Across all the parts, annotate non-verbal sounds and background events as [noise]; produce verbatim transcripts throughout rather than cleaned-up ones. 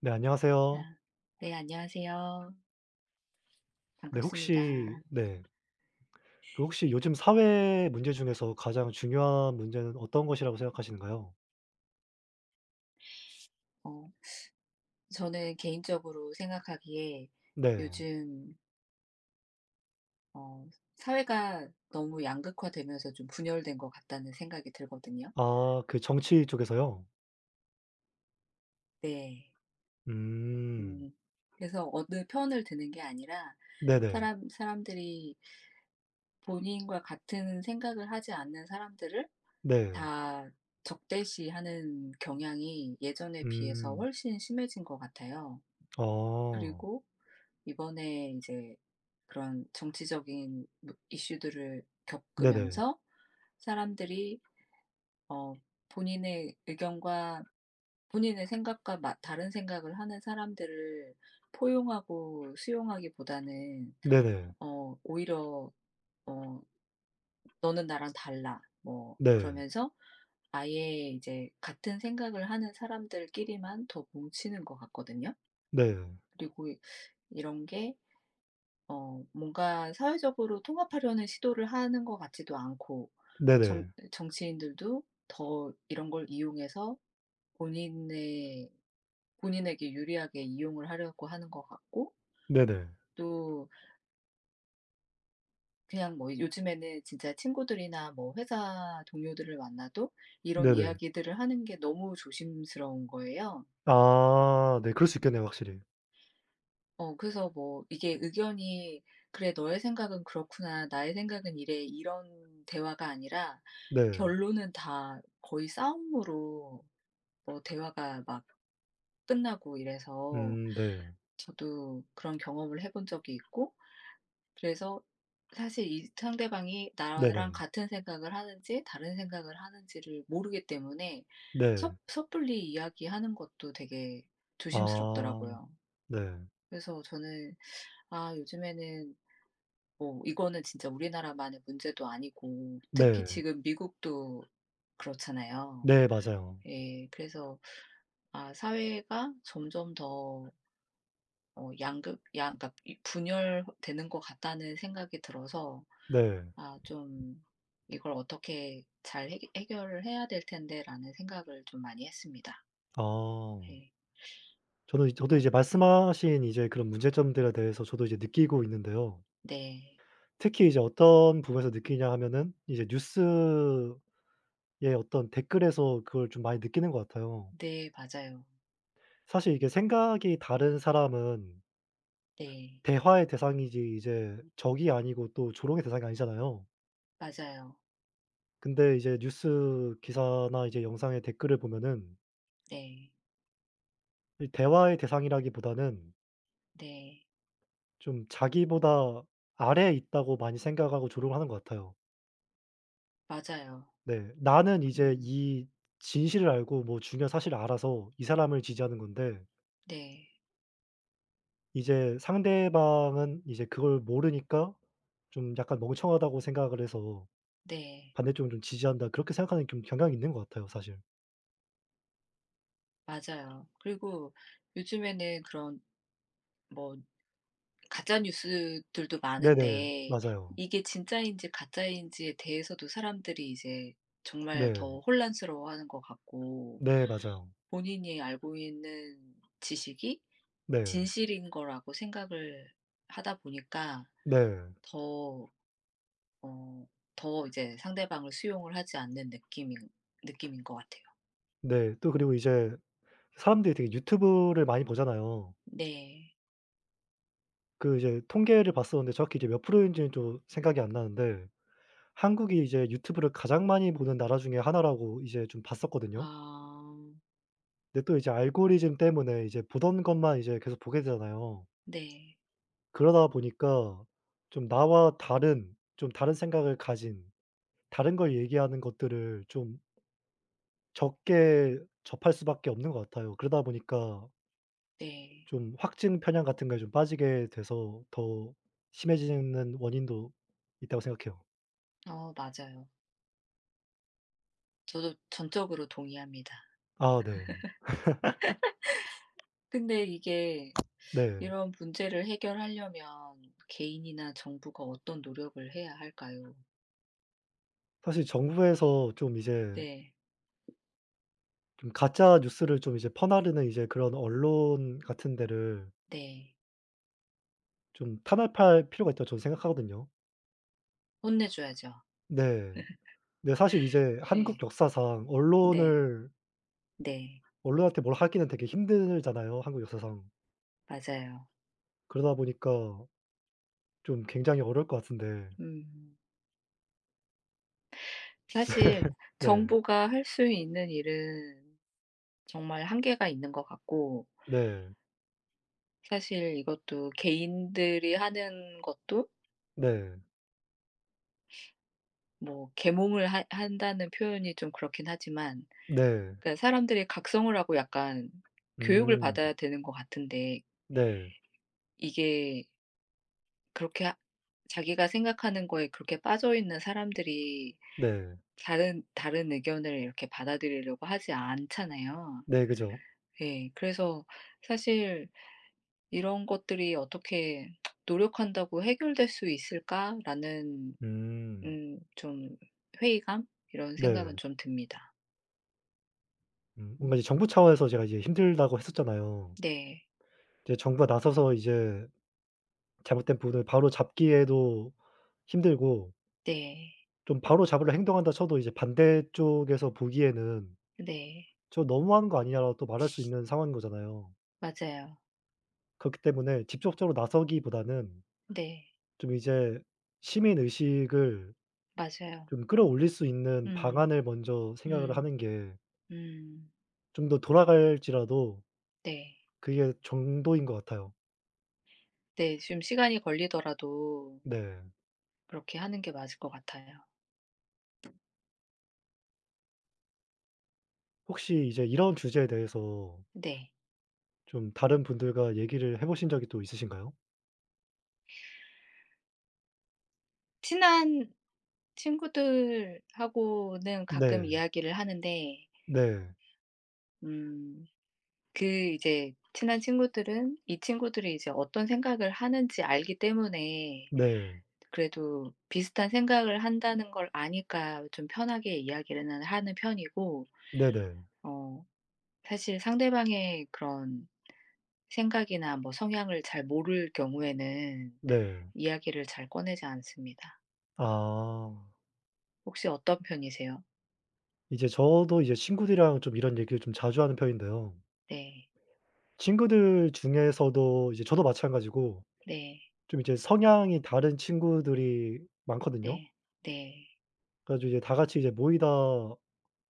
네, 안녕하세요. 아. 네, 안녕하세요. 네, 반갑습니다. 혹시 네. 그 혹시 요즘 사회 문제 중에서 가장 중요한 문제는 어떤 것이라고 생각하시는가요? 어 저는 개인적으로 생각하기에 네. 요즘 어 사회가 너무 양극화되면서 좀 분열된 것 같다는 생각이 들거든요. 아, 그 정치 쪽에서요? 네. 음. 음. 그래서 어느 편을 드는 게 아니라 네네. 사람 사람들이 본인과 같은 생각을 하지 않는 사람들을 네. 다 적대시하는 경향이 예전에 비해서 음. 훨씬 심해진 것 같아요. 아. 그리고 이번에 이제 그런 정치적인 무 이슈들을 네네. 겪으면서 사람들이 어 본인의 의견과 본인의 생각과 마 다른 생각을 하는 사람들을 포용하고 수용하기보다는 네네. 어 오히려 어 "너는 나랑 달라." 뭐 네. 그러면서 아예 이제 같은 생각을 하는 사람들끼리만 더 뭉치는 것 같거든요. 네. 그리고 이- 이런 게 어 뭔가 사회적으로 통합하려는 시도를 하는 것 같지도 않고 정 네네. 정치인들도 더 이런 걸 이용해서 본인의 본인에게 유리하게 이용을 하려고 하는 것 같고 네네. 또 그냥 뭐 요즘에는 진짜 친구들이나 뭐 회사 동료들을 만나도 이런 네네. 이야기들을 하는 게 너무 조심스러운 거예요. 아 네. 그럴 수 있겠네요, 확실히. 어 그래서 뭐 이게 의견이 "그래, 너의 생각은 그렇구나. 나의 생각은 이래." 이런 대화가 아니라 네. 결론은 다 거의 싸움으로 뭐 대화가 막 끝나고 이래서 음 네. 저도 그런 경험을 해본 적이 있고, 그래서 사실 이 상대방이 나랑 네네. 같은 생각을 하는지 다른 생각을 하는지를 모르기 때문에 네. 섣 섣불리 이야기하는 것도 되게 아 조심스럽더라고요. 네. 그래서 저는 '아, 요즘에는 뭐 이거는 진짜 우리나라만의 문제도 아니고 특히 네. 지금 미국도 그렇잖아요. 네 맞아요. 예. 그래서 아, 사회가 점점 더 어 양극 양 그러니까 이 분열되는 것 같다는 생각이 들어서 네. '아, 좀 이걸 어떻게 잘 해결 해결을 해야 될 텐데.'라는 생각을 좀 많이 했습니다. 아. 예. 저는, 저도 어 이제 예. 말씀하신 이제 그런 문제점들에 대해서 저도 이제 느끼고 있는데요. 네. 특히 이제 어떤 부분에서 느끼냐 하면은 이제 뉴스의 어떤 댓글에서 그걸 좀 많이 느끼는 것 같아요. 네, 맞아요. 사실 이게 생각이 다른 사람은 네. 대화의 대상이지 이제 적이 아니고 또 조롱의 대상이 아니잖아요. 맞아요. 근데 이제 뉴스 기사나 이제 영상의 댓글을 보면은 네. 이 대화의 대상이라기보다는 네. 좀 자기보다 아래에 있다고 많이 생각하고 조롱을 하는 것 같아요. 맞아요. 네. 나는 이제 음. 이 진실을 알고 뭐 중요한 사실을 알아서 이 사람을 지지하는 건데 네. 이제 상대방은 이제 그걸 모르니까 좀 약간 멍청하다고 생각을 해서 네. '반대쪽을 좀 지지한다.' 그렇게 생각하는 좀 경향이 있는 것 같아요, 사실. 맞아요. 그리고 요즘에는 그런 뭐 가짜 뉴스들도 네네. 많은데 맞아요. 이게 진짜인지 가짜인지에 대해서도 사람들이 이제 정말 네. 더 혼란스러워하는 것 같고, 네 맞아요. 본인이 알고 있는 지식이 네. 진실인 거라고 생각을 하다 보니까 네. 더 어 더 이제 상대방을 수용을 하지 않는 느낌인 느낌인 것 같아요. 네. 또 그리고 이제 사람들이 되게 유튜브를 많이 보잖아요. 네. 그 이제 통계를 봤었는데 정확히 이제 몇 프로인지는 좀 생각이 안 나는데 한국이 이제 유튜브를 가장 많이 보는 나라 중에 하나라고 이제 좀 봤었거든요. 아. 근데 또 이제 알고리즘 때문에 이제 보던 것만 이제 계속 보게 되잖아요. 네. 그러다 보니까 좀 나와 다른, 좀 다른 생각을 가진, 다른 걸 얘기하는 것들을 좀 적게 접할 수밖에 없는 것 같아요. 그러다 보니까 네. 좀 확증 편향 같은 거에 좀 빠지게 돼서 더 심해지는 원인도 있다고 생각해요. 어 맞아요. 저도 전적으로 동의합니다. 아 네. 근데 이게 네. 이런 문제를 해결하려면 개인이나 정부가 어떤 노력을 해야 할까요? 사실 정부에서 좀 이제 네. 좀 가짜 뉴스를 좀 이제 퍼나르는 이제 그런 언론 같은 데를 네. 좀 탄압할 필요가 있다고 저는 생각하거든요. 혼내줘야죠. 네. 근데 사실 이제 한국 네. 역사상 네. 언론을, 네. 언론한테 뭘 하기는 되게 힘들잖아요, 한국 역사상. 맞아요. 그러다 보니까 좀 굉장히 어려울 것 같은데. 음. 사실 네. 정부가 할 수 있는 일은 정말 한계가 있는 것 같고, 네. 사실 이것도 개인들이 하는 것도 네. 뭐 계몽을 하 한다는 표현이 좀 그렇긴 하지만 네. 그러니까 사람들이 각성을 하고 약간 교육을 음. 받아야 되는 것 같은데, 네. 이게 그렇게 하 자기가 생각하는 거에 그렇게 빠져 있는 사람들이 네. 다른 다른 의견을 이렇게 받아들이려고 하지 않잖아요. 네 그죠. 예. 그래서 사실 '이런 것들이 어떻게 노력한다고 해결될 수 있을까?'라는 음. 음 좀 회의감, 이런 생각은 네. 좀 듭니다. 음, 뭔가 이제 음. 정부 차원에서 제가 이제 힘들다고 했었잖아요. 네. 이제 정부가 나서서 이제 잘못된 부분을 바로 잡기에도 힘들고, 네. 좀 바로 잡으려 행동한다 쳐도 이제 반대쪽에서 보기에는 네. '저 너무한 거 아니냐.'라고 또 말할 수 있는 상황인 거잖아요. 맞아요. 그렇기 때문에 직접적으로 나서기보다는 네. 좀 이제 시민 의식을 맞아요. 좀 끌어올릴 수 있는 음. 방안을 먼저 생각을 음. 하는 게 음. 좀 더 돌아갈지라도 네. 그게 정도인 것 같아요. 네. 좀 시간이 걸리더라도 네. 그렇게 하는 게 맞을 것 같아요. 혹시 이제 이런 주제에 대해서 네. 좀 다른 분들과 얘기를 해 보신 적이 또 있으신가요? 친한 친구들하고는 가끔 네. 이야기를 하는데 네. 음 그 이제 친한 친구들은 이 친구들이 이제 어떤 생각을 하는지 알기 때문에 네. 그래도 비슷한 생각을 한다는 걸 아니까 좀 편하게 이야기를 하는 편이고, 네네. 어 사실 상대방의 그런 생각이나 뭐 성향을 잘 모를 경우에는 네. 이야기를 잘 꺼내지 않습니다. 아. 혹시 어떤 편이세요? 이제 저도 이제 친구들이랑 좀 이런 얘기를 좀 자주 하는 편인데요. 네. 친구들 중에서도 이제 저도 마찬가지고 네. 좀 이제 성향이 다른 친구들이 많거든요. 네. 네. 그래 가지고 이제 다 같이 이제 모이다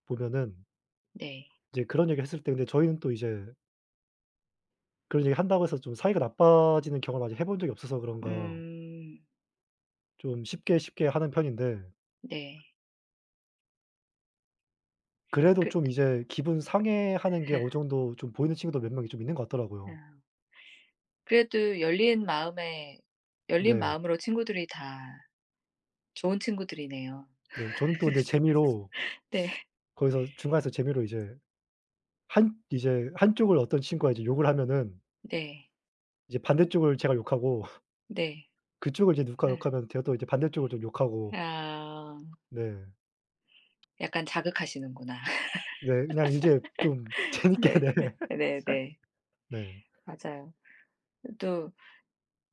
보면은 네. 이제 그런 얘기를 했을 때, 근데 저희는 또 이제 그런 얘기 한다고 해서 좀 사이가 나빠지는 경험을 아직 해본 적이 없어서 그런가 음. 좀 쉽게 쉽게 하는 편인데 네. 그래도 좀 그 이제 기분 상해하는 게 어느 정도 좀 보이는 친구도 몇 명이 좀 있는 것 같더라고요. 어 그래도 열린 마음에 열린 네. 마음으로, 친구들이 다 좋은 친구들이네요. 네. 저는 또 근데 재미로 네. 거기서 중간에서 재미로 이제 한 이제 한쪽을 어떤 친구가 이제 욕을 하면은 네. 이제 반대쪽을 제가 욕하고 [laughs] 네. 그쪽을 이제 누가 예. 욕하면 제가 또 이제 반대쪽을 좀 욕하고. 아. 네. 약간 자극하시는구나. 네. 그냥 이제 좀 [laughs] 재밌게 네. 네. 네네. 네. 맞아요. 또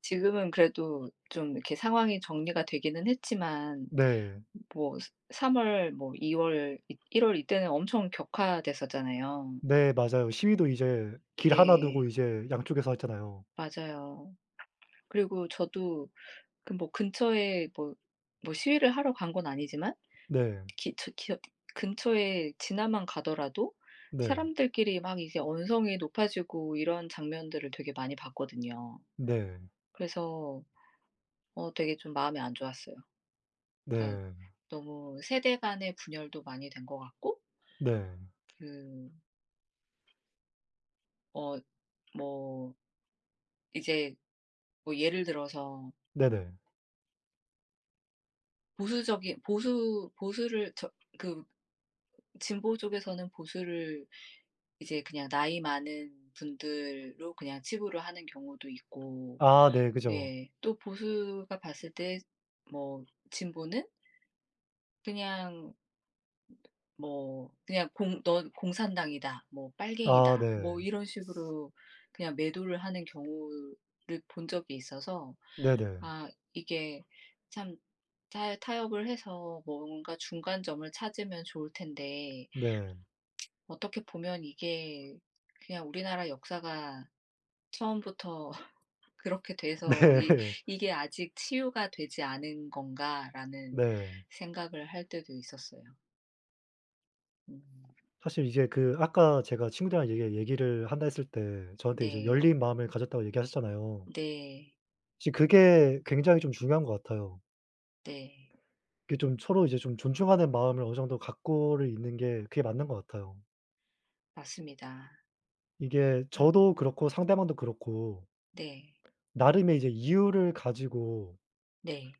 지금은 그래도 좀 이렇게 상황이 정리가 되기는 했지만 네. 뭐삼월 뭐 이 월 이 일 월 이때는 엄청 격화됐었잖아요. 네. 맞아요. 시위도 이제 길 하나 네. 두고 이제 양쪽에서 했잖아요. 맞아요. 그리고 저도 그 뭐 근처에 뭐 뭐 시위를 하러 간 건 아니지만 네. 기 저 기어 근처에 지나만 가더라도 네. 사람들끼리 막 이제 언성이 높아지고 이런 장면들을 되게 많이 봤거든요. 네. 그래서 어 되게 좀 마음이 안 좋았어요. 그러니까 네. 너무 세대 간의 분열도 많이 된 것 같고, 네. 그 어 뭐 이제 뭐 예를 들어서 네네. 보수적인 보수 보수를 저 그 진보 쪽에서는 보수를 이제 그냥 나이 많은 분들로 그냥 치부를 하는 경우도 있고, 아 네. 그죠. 예 또 보수가 봤을 때 뭐 진보는 그냥 뭐 그냥 공 "넌 공산당이다." 뭐 아 "빨갱이다." 뭐 네. 이런 식으로 그냥 매도를 하는 경우를 본 적이 있어서, 네네. 아 이게 참 타 타협을 해서 뭔가 중간점을 찾으면 좋을 텐데, 네. 어떻게 보면 이게 그냥 우리나라 역사가 처음부터 [laughs] 그렇게 [laughs] 돼서 이 네. '이게 아직 치유가 되지 않은 건가.'라는 네. 생각을 할 때도 있었어요. 음. 사실 이게 그 아까 제가 친구들이랑 얘기 얘기를 한다 했을 때 저한테 이제 네. 열린 마음을 가졌다고 얘기하셨잖아요. 네. 사실 그게 굉장히 좀 중요한 것 같아요. 네. 그게 좀 서로 이제 좀 존중하는 마음을 어느 정도 갖고를 있는 게 그게 맞는 것 같아요. 맞습니다. 이게 음. 저도 그렇고 상대방도 그렇고 네. 나름의 이제 이유를 가지고 네.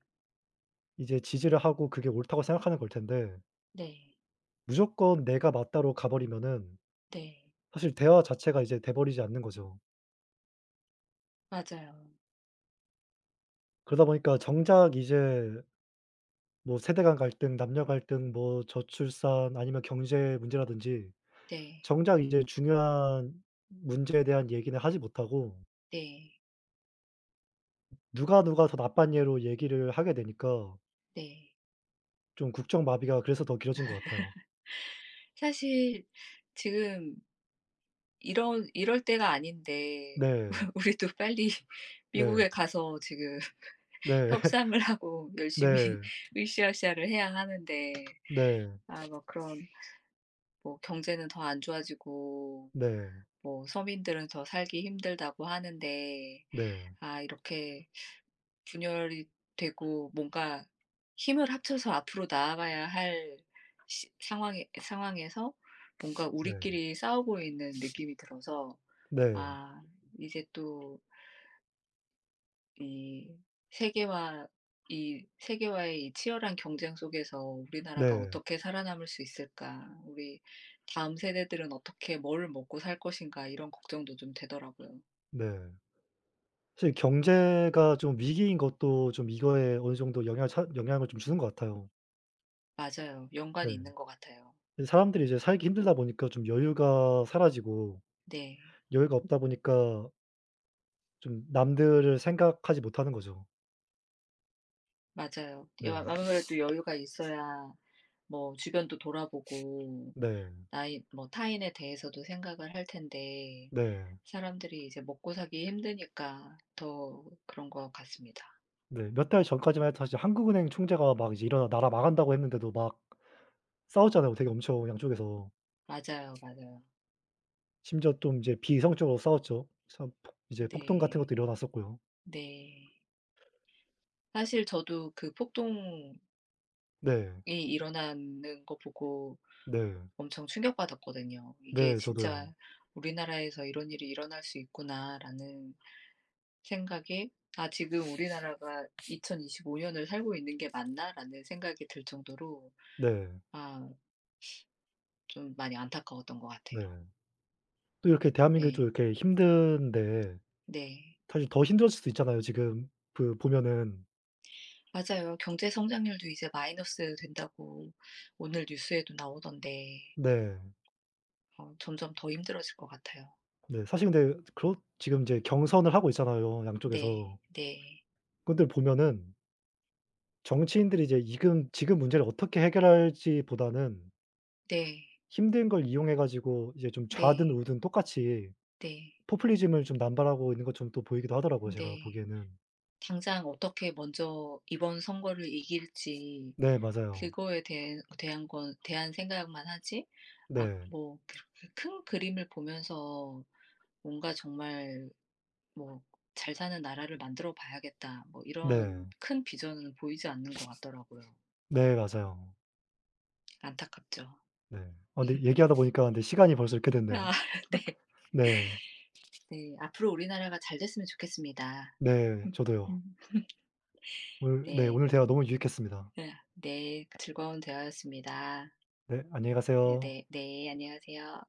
이제 지지를 하고 그게 옳다고 생각하는 걸 텐데, 네. 무조건 내가 맞다로 가 버리면은 네. 사실 대화 자체가 이제 돼 버리지 않는 거죠. 맞아요. 그러다 음. 보니까 정작 이제 뭐 세대 간 갈등, 남녀 갈등, 뭐 저출산 아니면 경제 문제라든지 네. 정작 이제 중요한 문제에 대한 얘기는 하지 못하고 네. 누가 누가 더 나쁜 예로 얘기를 하게 되니까 네. 좀 국정 마비가 그래서 더 길어진 것 같아요. 사실 지금 이런 이럴 때가 아닌데 네. [laughs] 우리도 빨리 [laughs] 네. 미국에 가서 지금 [laughs] 네. [laughs] 협상을 하고 열심히 [laughs] 네. 으쌰으쌰를 해야 하는데, 네. 아 뭐 그런 뭐 경제는 더 안 좋아지고 네. 뭐 서민들은 더 살기 힘들다고 하는데 네. 아 이렇게 분열이 되고 뭔가 힘을 합쳐서 앞으로 나아가야 할 시 상황에 상황에서 뭔가 네. 우리끼리 싸우고 있는 느낌이 들어서, 네. 아 이제 또 이 세계와 이 세계와의 이 치열한 경쟁 속에서 우리나라가 네. 어떻게 살아남을 수 있을까? 우리 다음 세대들은 어떻게 뭘 먹고 살 것인가? 이런 걱정도 좀 되더라고요. 네. 사실 경제가 좀 위기인 것도 좀 이거에 어느 정도 영향을 차 영향을 좀 주는 것 같아요. 맞아요. 네. 연관이 있는 것 같아요. 이 사람들이 이제 살기 힘들다 보니까 좀 여유가 사라지고 네. 여유가 없다 보니까 좀 남들을 생각하지 못하는 거죠. 맞아요. 여 네. 아무래도 여유가 있어야 뭐 주변도 돌아보고 네. 나이 뭐 타인에 대해서도 생각을 할 텐데, 네. 사람들이 이제 먹고 살기 힘드니까 더 그런 것 같습니다. 네. 몇 달 전까지만 해도 사실 한국은행 총재가 막 이제 일어나 나라 망한다고 했는데도 막 싸웠잖아요, 되게 엄청 양쪽에서. 맞아요, 맞아요. 심지어 좀 이제 비이성적으로 싸웠죠. 참 폭 이제 폭동 같은 네. 것도 일어났었고요. 네. 사실 저도 그 폭동이 네. 일어나는 거 보고 네. 엄청 충격받았거든요. '이게 네. 저도요. 진짜 우리나라에서 이런 일이 일어날 수 있구나.'라는 생각에 '아 지금 우리나라가 2025 년을 살고 있는 게 맞나?'라는 생각이 들 정도로 네. 아 좀 많이 안타까웠던 것 같아요. 네. 또 이렇게 대한민국이 네. 좀 이렇게 힘든데 네. 사실 더 힘들었을 수도 있잖아요, 지금 그 보면은. 맞아요. 경제 성장률도 이제 마이너스 된다고 오늘 뉴스에도 나오던데 네. 어 점점 더 힘들어질 것 같아요. 네. 사실 근데 그렇 지금 이제 경선을 하고 있잖아요, 네. 양쪽에서. 네. 근데 보면은 정치인들이 이제 지금 지금 문제를 어떻게 해결할지 보다는 네. 힘든 걸 이용해 가지고 이제 좀 좌든 네. 우든 똑같이 네. 포퓰리즘을 좀 남발하고 있는 것처럼 또 보이기도 하더라고요, 제가 네. 보기에는. 당장 어떻게 먼저 이번 선거를 이길지 네 맞아요. 그거에 대해 대한 건 대한 생각만 하지, 아 네. 뭐 그렇게 큰 그림을 보면서 뭔가 정말 뭐 '잘 사는 나라를 만들어 봐야겠다.' 뭐 네. 이런 큰 비전은 보이지 않는 것 같더라고요. 네 맞아요. 안타깝죠. 네. 아, 근데 얘기하다 보니까 근데 시간이 벌써 이렇게 아 됐네요. [laughs] 네. 네. 네. 앞으로 우리나라가 잘 됐으면 좋겠습니다. 네. 저도요. [laughs] 오늘 네 네. 오늘 대화 너무 유익했습니다. 네. 네. 즐거운 대화였습니다. 네. 안녕히 네네. 가세요. 네. 네, 안녕하세요.